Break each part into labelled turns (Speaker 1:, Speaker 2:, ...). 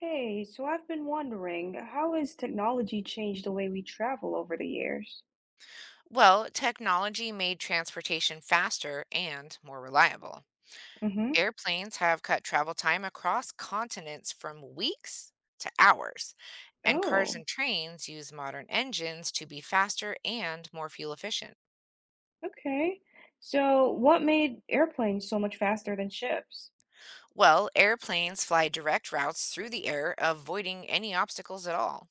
Speaker 1: Hey, so I've been wondering, how has technology changed the way we travel over the years?
Speaker 2: Well, technology made transportation faster and more reliable.
Speaker 1: Mm-hmm.
Speaker 2: Airplanes have cut travel time across continents from weeks to hours, and cars
Speaker 1: Oh,
Speaker 2: and trains use modern engines to be faster and more fuel efficient.
Speaker 1: okay. So, what made airplanes so much faster than ships?
Speaker 2: Well, airplanes fly direct routes through the air, avoiding any obstacles at all.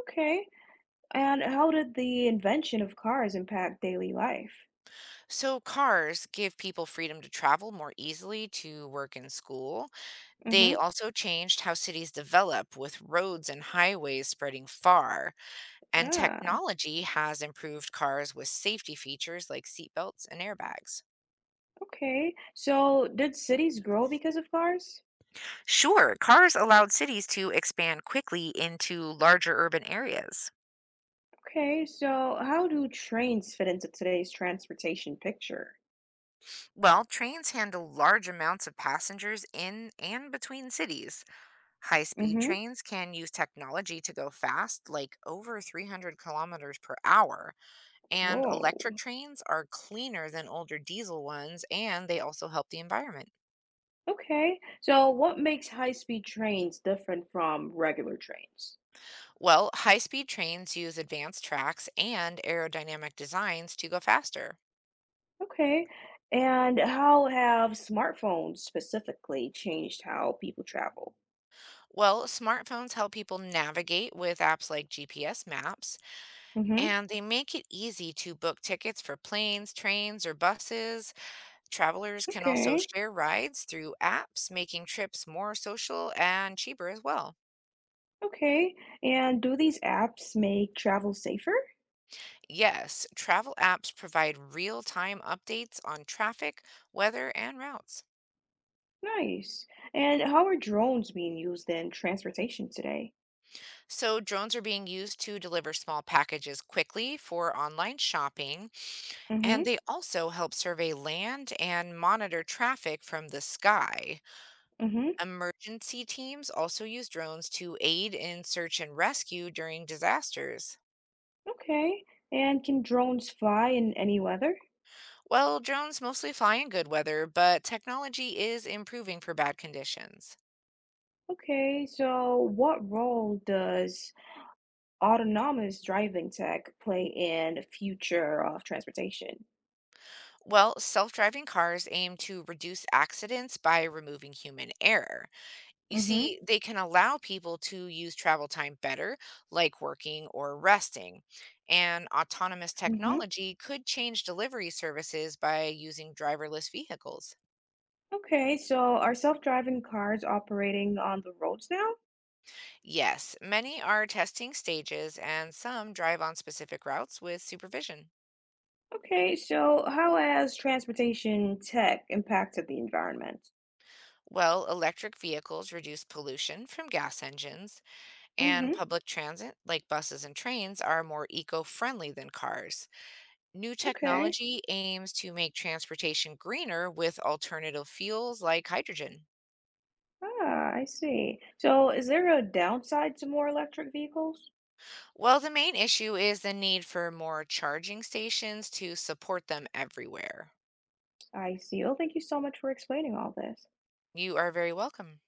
Speaker 1: Okay. And how did the invention of cars impact daily life?
Speaker 2: So, cars give people freedom to travel more easily to work and school. They
Speaker 1: Mm-hmm.
Speaker 2: also changed how cities develop, with roads and highways spreading far, and
Speaker 1: Ah,
Speaker 2: technology has improved cars with safety features like seatbelts and airbags.
Speaker 1: okay. So, did cities grow because of cars?
Speaker 2: Sure, cars allowed cities to expand quickly into larger urban areas.
Speaker 1: Okay. So, how do trains fit into today's transportation picture?
Speaker 2: Well, trains handle large amounts of passengers in and between cities. High speed
Speaker 1: Mm-hmm.
Speaker 2: trains can use technology to go fast, like over 300 kilometers per hour. And electric
Speaker 1: Whoa.
Speaker 2: trains are cleaner than older diesel ones, and they also help the environment.
Speaker 1: Okay. So what makes high-speed trains different from regular trains?
Speaker 2: Well, high speed trains use advanced tracks and aerodynamic designs to go faster.
Speaker 1: Okay. And how have smartphones specifically changed how people travel?
Speaker 2: Well, smartphones help people navigate with apps like GPS maps,
Speaker 1: Mm-hmm.
Speaker 2: and they make it easy to book tickets for planes, trains, or buses. Travelers can also
Speaker 1: Okay.
Speaker 2: share rides through apps, making trips more social and cheaper as well.
Speaker 1: Okay. And do these apps make travel safer?
Speaker 2: Yes, travel apps provide real-time updates on traffic, weather, and routes.
Speaker 1: Nice. And how are drones being used in transportation today?
Speaker 2: So drones are being used to deliver small packages quickly for online shopping,
Speaker 1: Mm-hmm.
Speaker 2: and they also help survey land and monitor traffic from the sky.
Speaker 1: Mm-hmm.
Speaker 2: Emergency teams also use drones to aid in search and rescue during disasters.
Speaker 1: Okay. And can drones fly in any weather?
Speaker 2: Well, drones mostly fly in good weather, but technology is improving for bad conditions.
Speaker 1: Okay. So what role does autonomous driving tech play in future of transportation?
Speaker 2: Well, self driving cars aim to reduce accidents by removing human error. You
Speaker 1: Mhm.
Speaker 2: see, they can allow people to use travel time better, like working or resting. And autonomous
Speaker 1: Mhm.
Speaker 2: technology could change delivery services by using driverless vehicles.
Speaker 1: Okay, so are self-driving cars operating on the roads now?
Speaker 2: Yes, many are testing stages and some drive on specific routes with supervision.
Speaker 1: Okay, so how has transportation tech impacted the environment?
Speaker 2: Well, electric vehicles reduce pollution from gas engines. And
Speaker 1: Mhm.
Speaker 2: public transit, like buses and trains, are more eco friendly than cars. New
Speaker 1: Okay.
Speaker 2: technology aims to make transportation greener with alternative fuels like hydrogen.
Speaker 1: Ah, I see. So is there a downside to more electric vehicles?
Speaker 2: Well, the main issue is the need for more charging stations to support them everywhere.
Speaker 1: I see. Well, thank you so much for explaining all this.
Speaker 2: You are very welcome.